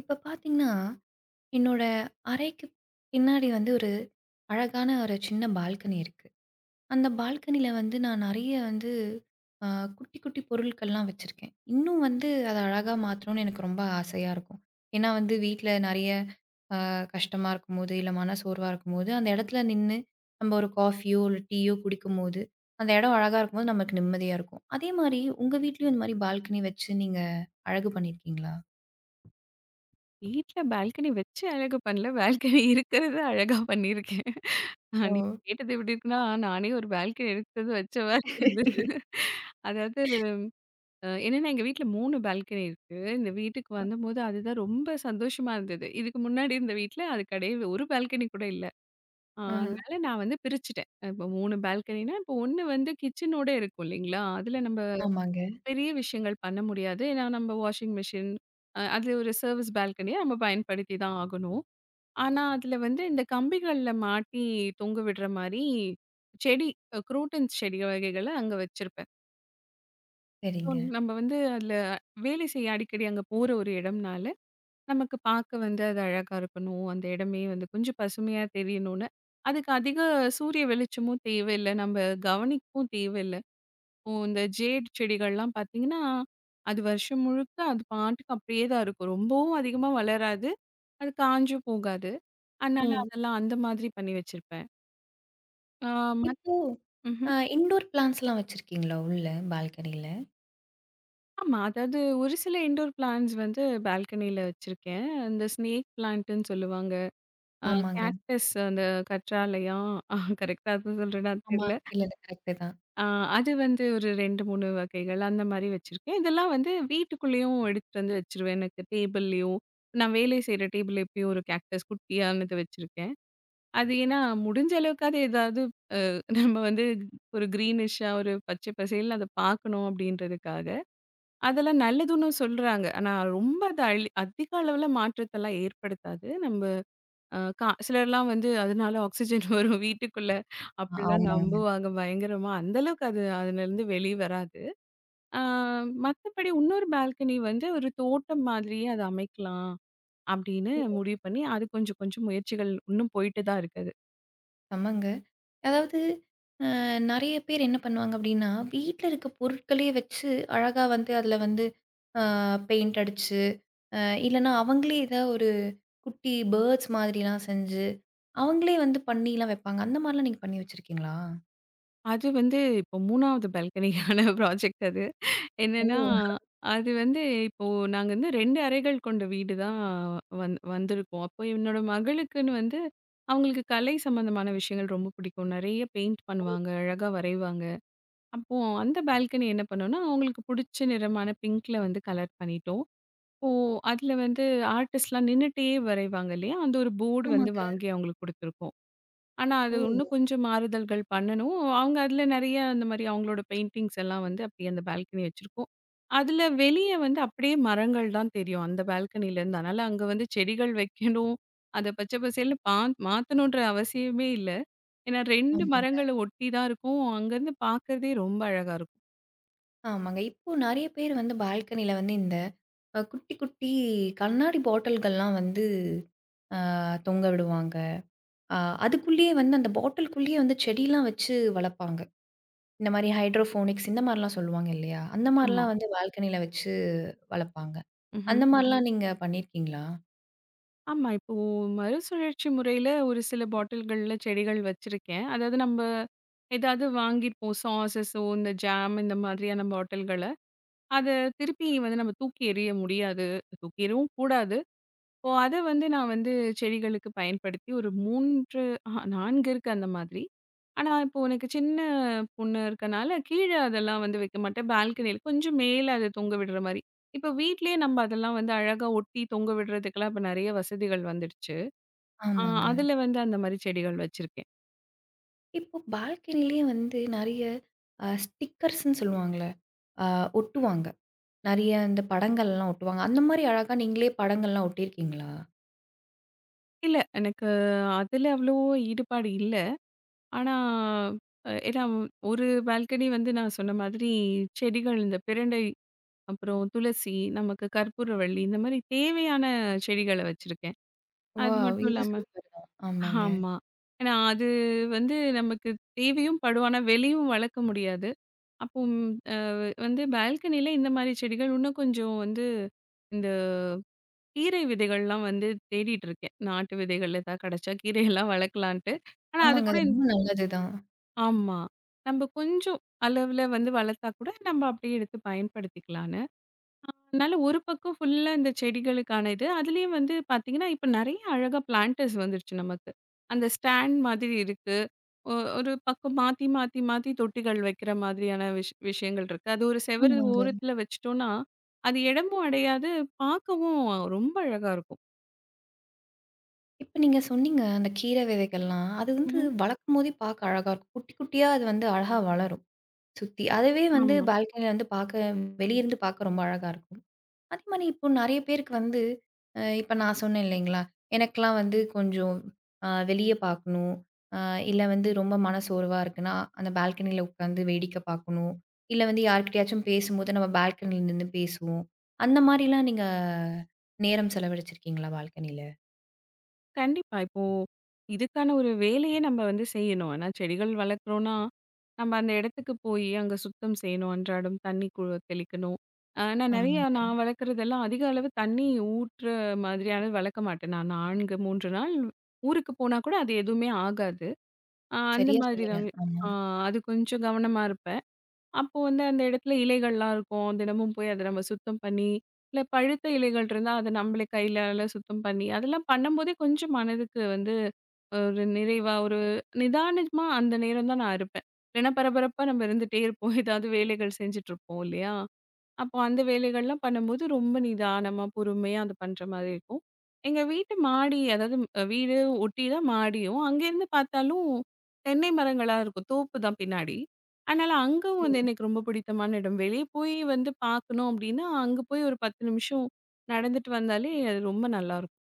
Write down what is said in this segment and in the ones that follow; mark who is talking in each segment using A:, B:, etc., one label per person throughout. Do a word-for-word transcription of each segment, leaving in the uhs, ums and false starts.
A: இப்ப பார்த்தீங்கன்னா, என்னோட அறைக்கு பின்னாடி வந்து ஒரு அழகான ஒரு சின்ன பால்கனி இருக்கு. அந்த பால்கனில வந்து நான் நெறைய வந்து அ குட்டி, குட்டி பொருட்கள்லாம் வச்சிருக்கேன். இன்னும் வந்து அத அழகா மாத்தணும்னு எனக்கு ரொம்ப ஆசையா இருக்கும். ஏன்னா வந்து வீட்ல நெறைய அ கஷ்டமா இருக்கும்போது, இல்ல மனசோர்வா இருக்கும்போது, அந்த இடத்துல நின்னு நம்ம ஒரு காஃபியோ, இல்ல டீயோ குடிக்கும்போது, அந்த இடம் அழகா இருக்கும்போது நமக்கு நிம்மதியா இருக்கும். அதே மாரி உங்க வீட்லயும் இந்த மாரி பால்கனி வச்சு நீங்க அழகு பண்ணியிருக்கீங்களா?
B: வீட்ல பால்கனி வச்சு அழகு பண்ணல. பால்கனி இருக்கிறத அழகா பண்ணியிருக்கேன். அ
A: ஓ!
B: நீங்க கேட்டது எப்படி இருக்குன்னா, நானே ஒரு பால்கனி எடுத்தது வச்ச மாரி இருந்தது. அதாவது அ என்னன்னா எங்க வீட்ல மூணு பால்கனி இருக்கு. இந்த வீட்டுக்கு வந்தபோது அதுதான் ரொம்ப சந்தோஷமா இருந்தது. இதுக்கு முன்னாடி இருந்த வீட்ல அது கிடையவே ஒரு பால்கனி கூட இல்ல. அ
A: ஆ.
B: அதனால நான் வந்து பிரிச்சுட்டேன். இப்போ மூணு பால்கனினா, இப்போ ஒண்ணு வந்து கிச்சனோட இருக்கும் இல்லைங்களா? அதுல நம்ம
A: ஆமாங்க.
B: பெரிய விஷயங்கள் பண்ண முடியாது. ஏன்னா நம்ம வாஷிங் மிஷின் அ அது ஒரு சர்விஸ் பால்கனிய நம்ம பயன்படுத்தி தான் ஆகணும். ஆனா, அதுல வந்து இந்த கம்பிகள்ல மாட்டி தொங்க விடுற மாரி செடி, அ குரோட்டன்ஸ் செடி வகைகள அங்க வச்சிருப்பேன். ஸோ
A: சரிங்க.
B: நம்ம வந்து அதுல வேலை செய்ய அடிக்கடி அங்க போற ஒரு இடம்னால, நமக்கு பார்க்க வந்து அது அழகா இருக்கணும். அந்த இடமே வந்து கொஞ்சம் பசுமையா தெரியணும்னு, அதுக்கு அதிக சூரிய வெளிச்சமும் தேவையில்ல. நம்ம கவனிக்கவும் தேவையில்ல. இப்போ இந்த ஜேட் செடிகள்லாம் பார்த்தீங்கன்னா, அது வருஷம் முழுக்க அது பாட்டுக்கு அப்படியே தான் இருக்கும். ரொம்பவும் அதிகமா வளராது. அது காஞ்சும் போகாது.
A: ஓ!
B: அதனால ம். அதெல்லாம் அந்த மாதிரி பண்ணி வச்சிருப்பேன். ஆ மத்
A: இப்போ அ
B: ம்ஹ்ம்.
A: இன்டோர் பிளான்ட்ஸ்லாம் வச்சிருக்கீங்களா உள்ள பால்கனில?
B: ஆமா. அதாவது ஒரு சில இன்டோர் பிளான்ட்ஸ் வந்து பால்கனில வச்சிருக்கேன். இந்த ஸ்னேக் பிளான்ட்டுன்னு சொல்லுவாங்க. அ
A: ஆமாங்க.
B: கேக்டஸ், அந்த கற்றாழையா? கரெக்ட்டா அது சொல்றேனான்னு
A: ஆமா.
B: தெரியல.
A: இல்ல, இல்ல கரெக்ட்டு தான்.
B: அ அது வந்து ஒரு ரெண்டு, மூணு வகைகள் அந்த மாரி வச்சிருக்கேன். இதெல்லாம் வந்து வீட்டுக்குள்ளேயும் எடுத்துட்டு வந்து வச்சுருவேன். எனக்கு டேபிள்லயும் நான் வேலை செய்ற டேபிள் எப்பயும் ஒரு கேக்டஸ் குட்டியானது வச்சிருக்கேன். அது ஏன்னா முடிஞ்ச அளவுக்காவது ஏதாவது நம்ம வந்து ஒரு கிரீனிஷ்ஷா, ஒரு பச்சை பசேல்னு அத பார்க்கணும் அப்படின்றதுக்காக. அதெல்லாம் நல்லதுன்னு சொல்றாங்க. ஆனா ரொம்ப அது அழி அதிக அளவுல மாற்றத்தெல்லாம் ஏற்படுத்தாது. நம்ப அ கா சிலர்லாம் வந்து அதனால ஆக்ஸிஜன் வரும் வீட்டுக்குள்ள
A: ஆ,
B: அப்படிலாம்
A: ஆமாங்க.
B: நம்புவாங்க பயங்கரமா. அந்த அளவுக்கு அது அதுலருந்து வெளிய வராது. ஆ மத்தபடி இன்னொரு பால்கனி வந்து ஒரு தோட்டம் மாதிரியே அத அமைக்கலாம் அப்படின்னு முடிவு பண்ணி, அது கொஞ்சம் கொஞ்சம் முயற்சிகள் இன்னும் போயிட்டு தான் இருக்குது.
A: ஆமாங்க. அதாவது அ நெறைய பேர் என்ன பண்ணுவாங்க அப்டின்னா, வீட்ல இருக்க பொருட்களே வச்சு அழகா வந்து அதுல வந்து அ பெயிண்ட் அடிச்சு, அ இல்லன்னா அவங்களே ஏதா ஒரு குட்டி பேர்ட்ஸ் மாதிரிலாம் செஞ்சு, அவங்களே வந்து பண்ணிலாம் வைப்பாங்க. அந்த மாரிலாம் நீங்க பண்ணி வச்சிருக்கீங்களா?
B: அது வந்து இப்போ 3வது பால்கனிக்கான ப்ராஜெக்ட் அது.
A: ஓ!
B: என்னன்னா, அது வந்து இப்போ நாங்க வந்து ரெண்டு அறைகள் கொண்ட வீடு தான் வந் வந்திருக்கோம். அப்போ என்னோட மகளுக்குன்னு வந்து அவங்களுக்கு கலை சம்மந்தமான விஷயங்கள் ரொம்ப பிடிக்கும். நெறைய பெயிண்ட் பண்ணுவாங்க, அழகா வரைவாங்க. அப்போ அந்த பால்கனி என்ன பண்ணோம்னா, அவங்களுக்கு புடிச்ச நிறமான பிங்க்ல வந்து கலர் பண்ணிட்டோம். இப்போ அதுல வந்து ஆர்டிஸ்ட்லாம் நின்னுட்டே வரைவாங்க இல்லையா? அந்த ஒரு போர்டு வந்து
A: ஆமாங்க.
B: வாங்கி அவங்களுக்கு குடுத்துருக்கோம். ஆனா, அது இன்னும்
A: ஓ!
B: கொஞ்சம் மாறுதல்கள் பண்ணணும். அவங்க அதுல நெறைய அந்த மாரி அவங்களோட பெயிண்டிங்ஸ் எல்லாம் வந்து அப்படியே அந்த பால்கனி வச்சிருக்கோம். அதுல வெளிய வந்து அப்படியே மரங்கள் தான் தெரியும் அந்த பால்கனில இருந்து. அதனால அங்க வந்து செடிகள் வைக்கணும். அத பச்சை பசேல்னு பா மாத்தணுன்ற அவசியமே இல்ல. ஏன்னா ரெண்டு
A: ஆமாங்க.
B: மரங்கள ஒட்டி தான் இருக்கும். அங்கருந்து பார்க்கறதே ரொம்ப அழகா இருக்கும்.
A: ஆமாங்க. இப்போ நெறைய பேர் வந்து பால்கனில வந்து இந்த அ குட்டி, குட்டி கண்ணாடி பாட்டில்கள்லாம் வந்து அ தொங்க விடுவாங்க. அ அதுக்குள்ளேயே வந்து அந்த பாட்டிலுக்குள்ளேயே வந்து செடிலாம் வச்சு வளர்ப்பாங்க. இந்த மாரி ஹைட்ரோஃபோனிக்ஸ் இந்த மாரிலாம் சொல்லுவாங்க இல்லையா? அந்த
B: ஆமா.
A: மாரிலாம் வந்து பால்கனில வச்சு வளர்ப்பாங்க. அந்த மாரிலாம் நீங்க பண்ணியிருக்கீங்களா?
B: ஆமா. இப்போ மறுசுழற்சி முறையில ஒரு சில பாட்டில்கள்ல செடிகள் வச்சிருக்கேன். அதாவது நம்ப ஏதாவது வாங்கியிருப்போம். சாஸஸோ, இந்த ஜாம் இந்த மாதிரியான பாட்டில்கள. அத திருப்பி வந்து நம்ம தூக்கி எறிய முடியாது. தூக்கி எறியவும் கூடாது. இப்போ அத வந்து நான் வந்து செடிகளுக்கு பயன்படுத்தி ஒரு மூணு, ஆஹா நாலு இருக்கு அந்த மாதிரி. ஆனா, இப்போ எனக்கு சின்ன பொண்ணு இருக்கனால கீழ அதெல்லாம் வந்து வைக்க மாட்டேன். பால்கனியில கொஞ்சம் மேல அத தொங்க விடுற மாரி. இப்போ வீட்லயே நம்ம அதெல்லாம் வந்து அழகா ஒட்டி தொங்க விடுறதுக்கெல்லாம் இப்ப நெறைய வசதிகள் வந்துடுச்சு. ஆ
A: ஆமாங்க.
B: அதுல வந்து அந்த மாரி செடிகள் வச்சிருக்கேன்.
A: இப்போ பால்கனிலயே வந்து நெறைய அ ஸ்டிக்கர்ஸ்ன்னு சொல்லுவாங்கல்ல, அ ஒட்டுவாங்க. நெறைய இந்த படங்கள்லாம் ஒட்டுவாங்க. அந்த மாரி அழகா நீங்களே படங்கள்லாம் ஒட்டியிருக்கீங்களா?
B: இல்ல, எனக்கு அதுல அவ்வளவோ ஈடுபாடு இல்ல. ஆனா, அ ஏன்னா ஒரு பால்கனி வந்து நான் சொன்ன மாதிரி செடிகள் இந்த பிரண்டை, அப்புறம் துளசி, நமக்கு கற்பூரவள்ளி இந்த மாரி தேவையான செடிகள வச்சிருக்கேன். அது
A: வாவ்!
B: மட்டும்
A: இது
B: இல்லாம
A: சூப்பர் தான். ஆமாங்க.
B: ஆமா. ஏன்னா அது வந்து நமக்கு தேவையும் படும். ஆனா வெளியும் வளர்க்க முடியாது. அப்போ ம், வந்து பால்கனில இந்த மாரி செடிகள் இன்னும் கொஞ்சம் வந்து, கீரை விதைகள்லாம் வந்து தேடிட்டு இருக்கேன். நாட்டு விதைகள் எதா கிடைச்சா கீரையெல்லாம் வளர்க்கலான்ட்டு. ஆனா அது
A: ஆமாங்க.
B: கூட
A: அது
B: இந்த-
A: ரொம்ப நல்லது தான்.
B: ஆமா. நம்ம கொஞ்சம் அளவுல வந்து வளர்த்தா கூட நம்ம அப்படியே எடுத்து பயன்படுத்திக்கலான்னு. அதனால ஒரு பக்கம் ஃபுல்லா இந்த செடிகளுக்கான இது. அதுலயும் வந்து பார்த்தீங்கன்னா, இப்ப நெறைய அழகா பிளான்டர்ஸ் வந்துருச்சு நமக்கு. அந்த ஸ்டாண்ட் மாதிரி இருக்கு. ஒ ஒரு பக்கம் மாத்தி மாத்தி மாத்தி தொட்டிகள் வைக்கிற மாதிரியான விஷ் விஷயங்கள் இருக்கு. அது ஒரு செவரு
A: ஆமாங்க.
B: ஓரத்துல வச்சுட்டோம்னா, அது இடமும் அடையாது, பார்க்கவும் ரொம்ப அழகா இருக்கும்.
A: இப்ப நீங்க சொன்னீங்க, அந்த கீரை விதைகள்லாம். அது வந்து
B: ம்ஹ்ம்.
A: வளர்க்கும்போதே பார்க்க அழகா இருக்கும். குட்டி குட்டியா அது வந்து அழகா வளரும், சுத்தி. அதுவே வந்து
B: ஆமா.
A: பால்கனில வந்து பார்க்க வெளியிருந்து பார்க்க ரொம்ப அழகா இருக்கும். அதே மாரி இப்போ நெறைய பேருக்கு வந்து அ இப்ப நான் சொன்னேன் இல்லைங்களா? எனக்கெல்லாம் வந்து கொஞ்சம் அ வெளிய பார்க்கணும். அ இல்ல வந்து ரொம்ப மனசோர்வா இருக்குன்னா, அந்த பால்கனில உட்காந்து வேடிக்கை பார்க்கணும். இல்ல வந்து யார்கிட்டயாச்சும் பேசும்போது நம்ம பால்கனில நின்னு பேசுவோம். அந்த மாரிலாம் நீங்க நேரம் செலவழிச்சிருக்கீங்களா பால்கனில?
B: கண்டிப்பா. இப்போ இதுக்கான ஒரு வேலையே நம்ம வந்து செய்யணும். ஆனா செடிகள் வளர்க்குறோம்னா, நம்ம அந்த இடத்துக்கு போயி அங்க சுத்தம் செய்யணும். அன்றாடம் தண்ணி கு தெளிக்கணும். அ நான் நெறையா
A: ஆமாங்க.
B: நான் வளர்க்குறதெல்லாம் அதிக அளவு தண்ணி ஊற்றுற மாதிரியானது வளர்க்க மாட்டேன். நான் நாலு, மூணு நாள் ஊருக்கு போனா கூட அது எதுவுமே ஆகாது. அ அந்த
A: சரியா
B: மாதிரி
A: சொன்னீங்க.
B: தான்.
A: ஆமா.
B: அ அது கொஞ்சம் கவனமா இருப்பேன். அப்போ வந்து அந்த இடத்துல இலைகள்லாம் இருக்கும். தினமும் போய் அத நம்ம சுத்தம் பண்ணி, இல்ல பழுத்த இலைகள் இருந்தா அத நம்மளே கையிலால சுத்தம் பண்ணி, அதெல்லாம் பண்ணும்போதே கொஞ்சம் மனதுக்கு வந்து ஒரு நிறைவா, ஒரு நிதானமா அந்த நேரம் தான் நான் இருப்பேன். இல்லைன்னா பரபரப்பா நம்ம இருந்துட்டே இருப்போம். ஏதாவது வேலைகள் செஞ்சுட்டு இருப்போம் இல்லையா? அப்போ அந்த வேலைகள்லாம் பண்ணும்போது ரொம்ப நிதானமா, பொறுமையா அது பண்ற மாரி இருக்கும். எங்க வீட்டு மாடி அதாவது அ வீடு ஒட்டி தான் மாடியும். அங்கேருந்து பார்த்தாலும் தென்னை மரங்களா இருக்கும். தோப்பு தான் பின்னாடி. அதனால அங்கவும் வந்து எனக்கு ரொம்ப பிடித்தமான இடம். வெளிய போய் வந்து பார்க்கணும் அப்டின்னா, அங்க போய் ஒரு பத்து நிமிஷம் நடந்துட்டு வந்தாலே அது ரொம்ப நல்லாருக்கும்.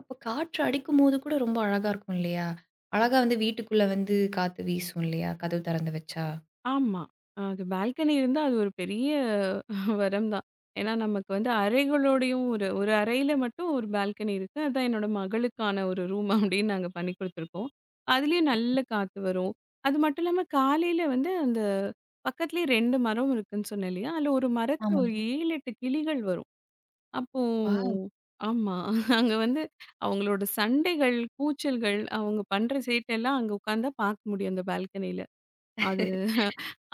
A: அப்ப காற்று அடிக்கும்போது கூட ரொம்ப அழகா இருக்கும் இல்லையா? அழகா வந்து வீட்டுக்குள்ள வந்து காத்து வீசும் இல்லையா? கதவு திறந்து வச்சா.
B: ஆமா. அது பால்கனி இருந்தா அது ஒரு பெரிய வரம் தான். ஏன்னா நமக்கு வந்து அறைகளோடையும் ஒரு ஒரு அறையில மட்டும் ஒரு பால்கனி இருக்கு. அதான் என்னோட மகளுக்கான ஒரு ரூம் அப்படின்னு நாங்க பண்ணி குடுத்துருக்கோம். அதுலயும் நல்ல காத்து வரும். அது மட்டும் இல்லாம காலையில வந்து அந்த பக்கத்துலயே ரெண்டு மரம் இருக்குன்னு சொன்னேன் இல்லையா? அதுல ஒரு மரத்துல ஒரு
A: ஆமாங்க.
B: ஏழு, எட்டு கிளிகள் வரும். அப்போ
A: வாவ்!
B: ஆமா. அங்க வந்து அவங்களோட சண்டைகள், கூச்சல்கள், அவங்க பண்ற சேட்டெல்லாம் அங்க உட்கார்ந்தா பார்க்க முடியும் அந்த பால்கனியில. அது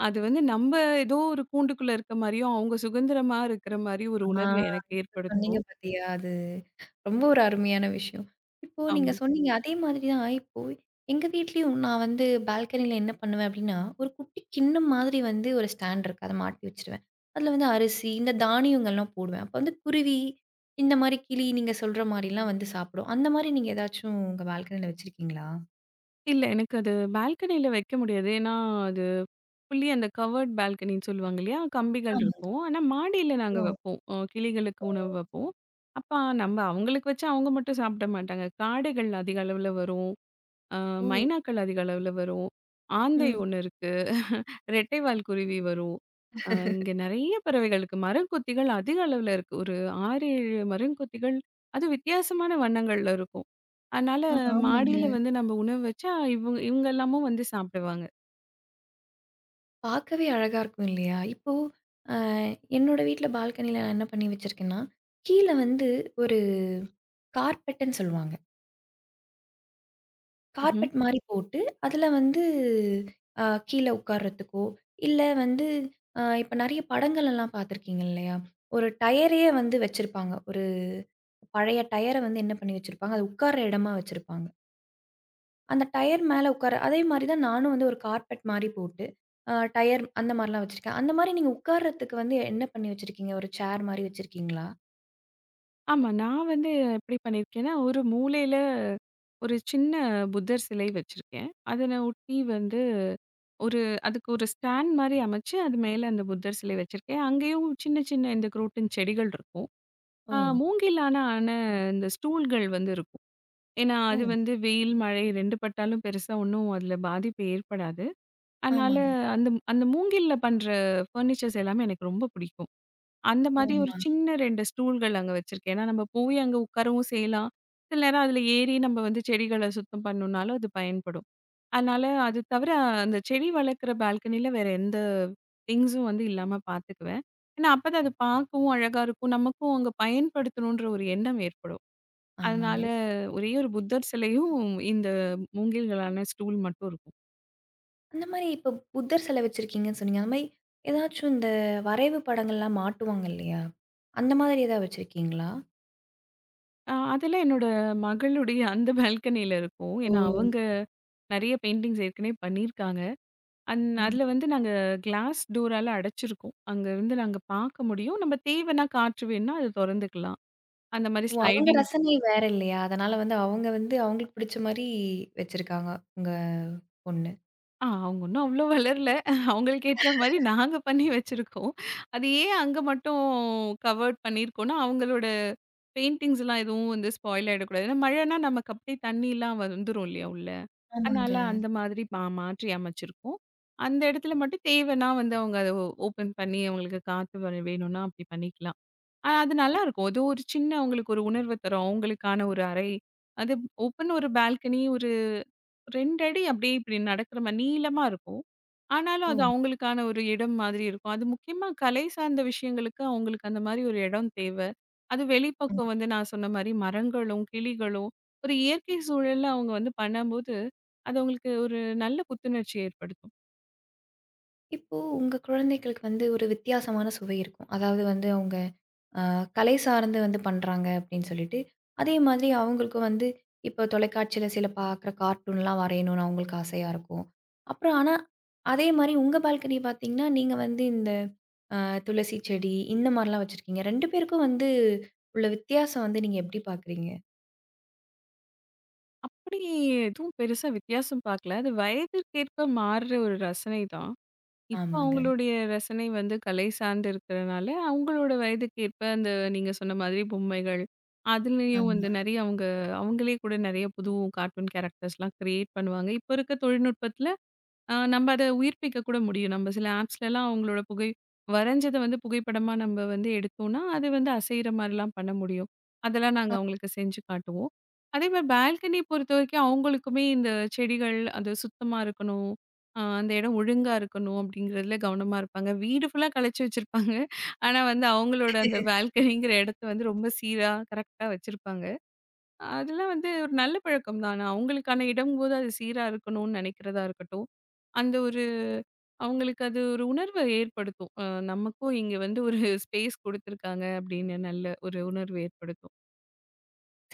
B: அது வந்து நம்ப ஏதோ ஒரு கூண்டுக்குள்ள இருக்க மாரியும், அவங்க சுதந்திரமா இருக்கிற மாரி ஒரு
A: ஆ,
B: உணர்வ எனக்கு
A: அது சொன்னீங்க
B: ஏற்படுத்தும்.
A: பாத்தியா? அது ரொம்ப ஒரு அருமையான விஷயம். இப்போ
B: ஆமா.
A: நீங்க சொன்னீங்க, அதே மாதிரி தான் இப்போ எங்க வீட்லயும் நான் வந்து பால்கனில என்ன பண்ணுவேன் அப்டின்னா, ஒரு குட்டி கிண்ணம் மாதிரி வந்து ஒரு ஸ்டாண்ட் இருக்கு. அத மாட்டி வச்சுருவேன். அதுல வந்து அரிசி, இந்த தானியங்கள்லாம் போடுவேன். அப்ப வந்து குருவி, இந்த மாரி கிளி நீங்க சொல்ற மாரிலாம் வந்து சாப்பிடும். அந்த மாரி நீங்க ஏதாச்சும் உங்க பால்கனில வச்சிருக்கீங்களா?
B: இல்ல, எனக்கு அது பால்கனியில வைக்க முடியாது. ஏன்னா, அது ஃபுல்லி அந்த கவர்ட் பால்கனின்னு சொல்லுவாங்க இல்லையா? கம்பிகள்
A: ஆமாங்க.
B: இருக்கும். ஆனா மாடியில நாங்க
A: ஓ!
B: வைப்போம். அ கிளிகளுக்கு
A: ஓ!
B: உணவு வைப்போம். அப்ப நம்ப அவங்களுக்கு வச்சா அவங்க மட்டும் சாப்பிட மாட்டாங்க. காடைகள் அதிக அளவுல வரும். அ
A: ஓ.
B: மைனாக்கள் அதிக அளவுல வரும். ஆந்தை
A: ம்.
B: ஒண்ணு இருக்கு. ரெட்டைவால் குருவி வரும். அ இங்க நெறைய பறவைகள் இருக்கு. மரங்கொத்திகள் அதிக அளவுல இருக்கு. ஒரு ஆறு, ஏழு மரங்கொத்திகள். அது வித்தியாசமான வண்ணங்கள்ல இருக்கும். அதனால
A: ஆ ஆமாங்க.
B: மாடியில வந்து நம்ம உணவு வச்சா இவுங்க இவுங்க எல்லாமும் வந்து சாப்பிடுவாங்க.
A: பார்க்கவே அழகா இருக்கும் இல்லையா? இப்போ அ என்னோட வீட்ல பால்கனில நான் என்ன பண்ணி வச்சிருக்கேன்னா, கீழ வந்து ஒரு கார்பெட்டுன்னு சொல்லுவாங்க.
B: ம்ஹ்ம்.
A: கார்பெட் மாரி போட்டு, அதுல வந்து அ கீழ உட்கார்றதுக்கோ, இல்ல வந்து அ இப்ப நெறைய படங்கள்லாம் பார்த்துருக்கீங்க இல்லையா? ஒரு டயரயே வந்து வச்சிருப்பாங்க. ஒரு பழைய டயர வந்து என்ன பண்ணி வச்சிருப்பாங்க, அது உட்கார்ற இடமா வச்சிருப்பாங்க. அந்த டயர் மேல உட்கார அதே மாரி தான் நானும் வந்து ஒரு கார்பெட் மாரி போட்டு, அ டயர் அந்த மாரிலாம் வச்சிருக்கேன். அந்த மாரி நீங்க உட்கார்றதுக்கு வந்து என்ன பண்ணி வச்சிருக்கீங்க? ஒரு சேர் மாரி வச்சிருக்கீங்களா?
B: ஆமா. நான் வந்து எப்படி பண்ணியிருக்கேன்னா, ஒரு மூலையில ஒரு சின்ன புத்தர் சிலை வச்சிருக்கேன். அதன ஒட்டி வந்து ஒரு அதுக்கு ஒரு ஸ்டாண்ட் மாரி அமைச்சு, அது மேல அந்த புத்தர் சிலை வச்சிருக்கேன். அங்கேயும் சின்ன சின்ன இந்த குரோட்டன் செடிகள் இருக்கும்.
A: ஓ!
B: ஆ மூங்கிலான ஆன இந்த ஸ்டூல்கள் வந்து இருக்கும். ஏன்னா,
A: ஓ!
B: அது வந்து வெயில், மழை ரெண்டும் பட்டாலும் பெருசா ஒண்ணும் அதுல பாதிப்பு ஏற்படாது. அதனால
A: ஆமாங்க.
B: அந்த அந்த மூங்கில்ல பண்ற ஃபர்னிச்சர்ஸ் எல்லாமே எனக்கு ரொம்ப பிடிக்கும். அந்த மாதிரி ஒரு
A: ஆமா,
B: சின்ன ரெண்டு ஸ்டூல்கள் அங்க வச்சிருக்கேன். ஏன்னா, நம்ம போய் அங்க உட்காரவும் செய்யலாம். சில நேரம் அதுல ஏறி நம்ம வந்து செடிகள சுத்தம் பண்ணணும்னாலும் அது பயன்படும். அதனால அது தவிர அந்த செடி வளர்க்குற பால்கனில வேற எந்த திங்ஸும் வந்து இல்லாம பார்த்துக்குவேன். ஏன்னா அப்பதான் அது பார்க்கவும் அழகா இருக்கும். நமக்கும் அங்க பயன்படுத்தணுன்ற ஒரு எண்ணம் ஏற்படும்.
A: ஆமாங்க.
B: அதனால ஒரே ஒரு புத்தர் சிலையும், இந்த மூங்கில்களான ஸ்டூல் மட்டும் இருக்கும்.
A: அந்த மாரி இப்ப புத்தர் சிலை வச்சிருக்கீங்கன்னு சொன்னீங்க. அந்த மாரி ஏதாச்சும் இந்த வரைவு படங்கள்லாம் மாட்டுவாங்க இல்லையா? அந்த மாதிரி ஏதாவது வச்சிருக்கீங்களா?
B: அ அதெல்லாம் என்னோட மகளுடைய அந்த பால்கனில இருக்கும்.
A: ஓ!
B: ஏன்னா அவங்க நெறைய பெயிண்டிங்ஸ் ஏற்கனவே பண்ணியிருக்காங்க. அந்
A: ம்.
B: அதுல வந்து நாங்க கிளாஸ் டோரால அடைச்சிருக்கோம். அங்க இருந்து நாங்க பார்க்க முடியும். நம்ம தேவைன்னா காற்று வேணுனா அது தொறந்துக்கலாம். அந்த மாரி
A: ஓ! அவங்க
B: ஸ்லைடிங்.
A: ரசனை வேற இல்லையா? அதனால வந்து அவங்க வந்து அவங்களுக்கு பிடிச்ச மாரி வச்சிருக்காங்க, உங்க பொண்ணு.
B: ஆ அவங்க இன்னும் அவ்ளோ வளரல. அவங்களுக்கு ஏத்த மாரி நாங்க பண்ணி வச்சிருக்கோம். அது ஏன் அங்க மட்டும் கவர்ட் பண்ணியிருக்கோம்னா, அவங்களோட பெயிண்டிங்ஸ்லாம் எதுவும் வந்து ஸ்பாயில் ஆயிடக்கூடாது. ஏன்னா மழைன்னா நமக்கு அப்படியே தண்ணிலாம் வந்துரும் இல்லையா உள்ள. அதனால
A: ஆமாங்க.
B: அந்த மாதிரி மா மாற்றி அமைச்சிருக்கோம். அந்த இடத்துல மட்டும் தேவைன்னா வந்து அவங்க அத ஓ ஓப்பன் பண்ணி அவங்களுக்கு காத்து வர வேணும்னா அப்படி பண்ணிக்கலாம். ஆ அது
A: இப்
B: நல்லாருக்கும். அது ஒரு சின்ன அவங்களுக்கு ஒரு உணர்வு தரும். அவங்களுக்கான ஒரு அறை. அது ஓப்பன் ஒரு பால்கனி, ஒரு ரெண்டு அடி அப்படியே இப்படி நடக்கிற மாதிரி நீளமா இருக்கும். ஆனாலும் அது அவங்களுக்கான ஒரு இடம் மாதிரி இருக்கும். அது முக்கியமா கலை சார்ந்த விஷயங்களுக்கு அவங்களுக்கு அந்த மாதிரி ஒரு இடம் தேவை. அது
A: ஓ!
B: வெளிப்பக்கம் வந்து நான் சொன்ன மாதிரி மரங்களும், கிளிகளும் ஒரு இயற்கை சூழல்ல அவங்க வந்து பண்ணும்போது, அது அவங்களுக்கு ஒரு நல்ல புத்துணர்ச்சி ஏற்படுத்தும்.
A: இப்போ உங்க குழந்தைகளுக்கு வந்து ஒரு வித்தியாசமான சுவை இருக்கும். அதாவது வந்து அவங்க அ கலை சார்ந்து வந்து பண்றாங்க அப்படின்னு சொல்லிட்டு, அதே மாதிரி அவங்களுக்கும் வந்து இப்போ தொலைக்காட்சியில சில பார்க்குற கார்ட்டூன்லாம் வரையணும்னு அவங்களுக்கு ஆசையா இருக்கும். அப்புறம் ஆனா அதே மாரி உங்க பால்கனி பார்த்தீங்கன்னா, நீங்க வந்து இந்த அ துளசி செடி இந்த மாரிலாம் வச்சிருக்கீங்க. ரெண்டு பேருக்கும் வந்து உள்ள வித்தியாசம் வந்து நீங்க எப்படி பார்க்குறீங்க?
B: அப்படி எதுவும் பெருசா வித்தியாசம் பார்க்கல. அது வயதிற்கேற்ப மாறுற ஒரு ரசனை தான். இப்ப
A: ஆமாங்க.
B: அவங்களுடைய ரசனை வந்து கலை சார்ந்து இருக்கிறனால, அவங்களோட வயதுக்கு ஏற்ப அந்த நீங்க சொன்ன மாதிரி பொம்மைகள், அதுலயும் வந்து
A: ஆமா.
B: நெறைய அவங்க அவங்களே கூட நெறைய புது கார்ட்டூன் கேரக்டர்ஸ்லாம் கிரியேட் பண்ணுவாங்க. இப்ப இருக்க தொழில்நுட்பத்தில ஆ நம்ம அத உயிர்ப்பிக்க கூட முடியும். நம்ம சில ஆப்ஸ்லலாம் அவங்களோட புகை வரைஞ்சத வந்து புகைப்படமா நம்ம வந்து எடுத்தோம்னா, அது வந்து அசையிற மாரிலாம் பண்ண முடியும். அதெல்லாம் நாங்க அவங்களுக்கு செஞ்சு காட்டுவோம். அதே மாரி பால்கனி பொறுத்தவரைக்கும் அவங்களுக்குமே இந்த செடிகள் அது சுத்தமா இருக்கணும். அ அந்த இடம் ஒழுங்கா இருக்கணும் அப்படிங்கிறதுல கவனமா இருப்பாங்க. வீடு ஃபுல்லா கழிச்சு வச்சிருப்பாங்க. ஆனா வந்து அவங்களோட அந்த பால்கனிங்கிற இடத்த வந்து ரொம்ப சீரா, கரெக்ட்டா வச்சிருப்பாங்க. அதெல்லாம் வந்து ஒரு நல்ல பழக்கம் தான். நான் அவங்களுக்கான இடம்போது அது சீரா இருக்கணும்னு நெனைக்கிறதா இருக்கட்டும். அந்த ஒரு அவங்களுக்கு அது ஒரு உணர்வ ஏற்படுத்தும். அ நமக்கும் இங்க வந்து ஒரு ஸ்பேஸ் குடுத்துருக்காங்க அப்படின்னு நல்ல ஒரு உணர்வு ஏற்படுத்தும்.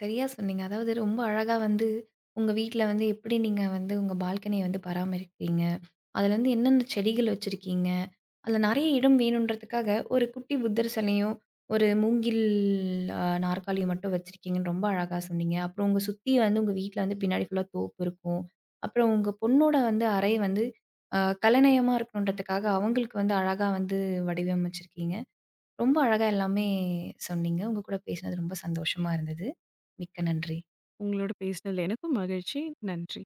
A: சரியா சொன்னீங்க. அதாவது ரொம்ப அழகா வந்து உங்க வீட்ல வந்து எப்படி நீங்க வந்து உங்க பால்கனிய வந்து பராமரிக்கிறீங்க? அதுலேருந்து என்னென்ன செடிகள் வச்சிருக்கீங்க? அதுல நெறைய இடம் வேணுன்றதுக்காக ஒரு குட்டி புத்தர் சிலையும், ஒரு மூங்கில் அ நாற்காலியும் மட்டும் வச்சிருக்கீங்கன்னு ரொம்ப அழகா சொன்னீங்க. அப்புறம் உங்க சுத்தி வந்து உங்க வீட்ல வந்து பின்னாடி ஃபுல்லா தோப்பு இருக்கும். அப்புறம் உங்க பொண்ணோட வந்து அறை வந்து அ கலைநயமா இருக்கணுன்றதுக்காக அவங்களுக்கு வந்து அழகா வந்து வடிவமைச்சிருக்கீங்க. ரொம்ப அழகா எல்லாமே சொன்னீங்க. உங்க கூட பேசினது ரொம்ப சந்தோஷமா இருந்தது. மிக்க நன்றி.
B: உங்களோட பேசினதுல எனக்கும் மகிழ்ச்சி. நன்றி.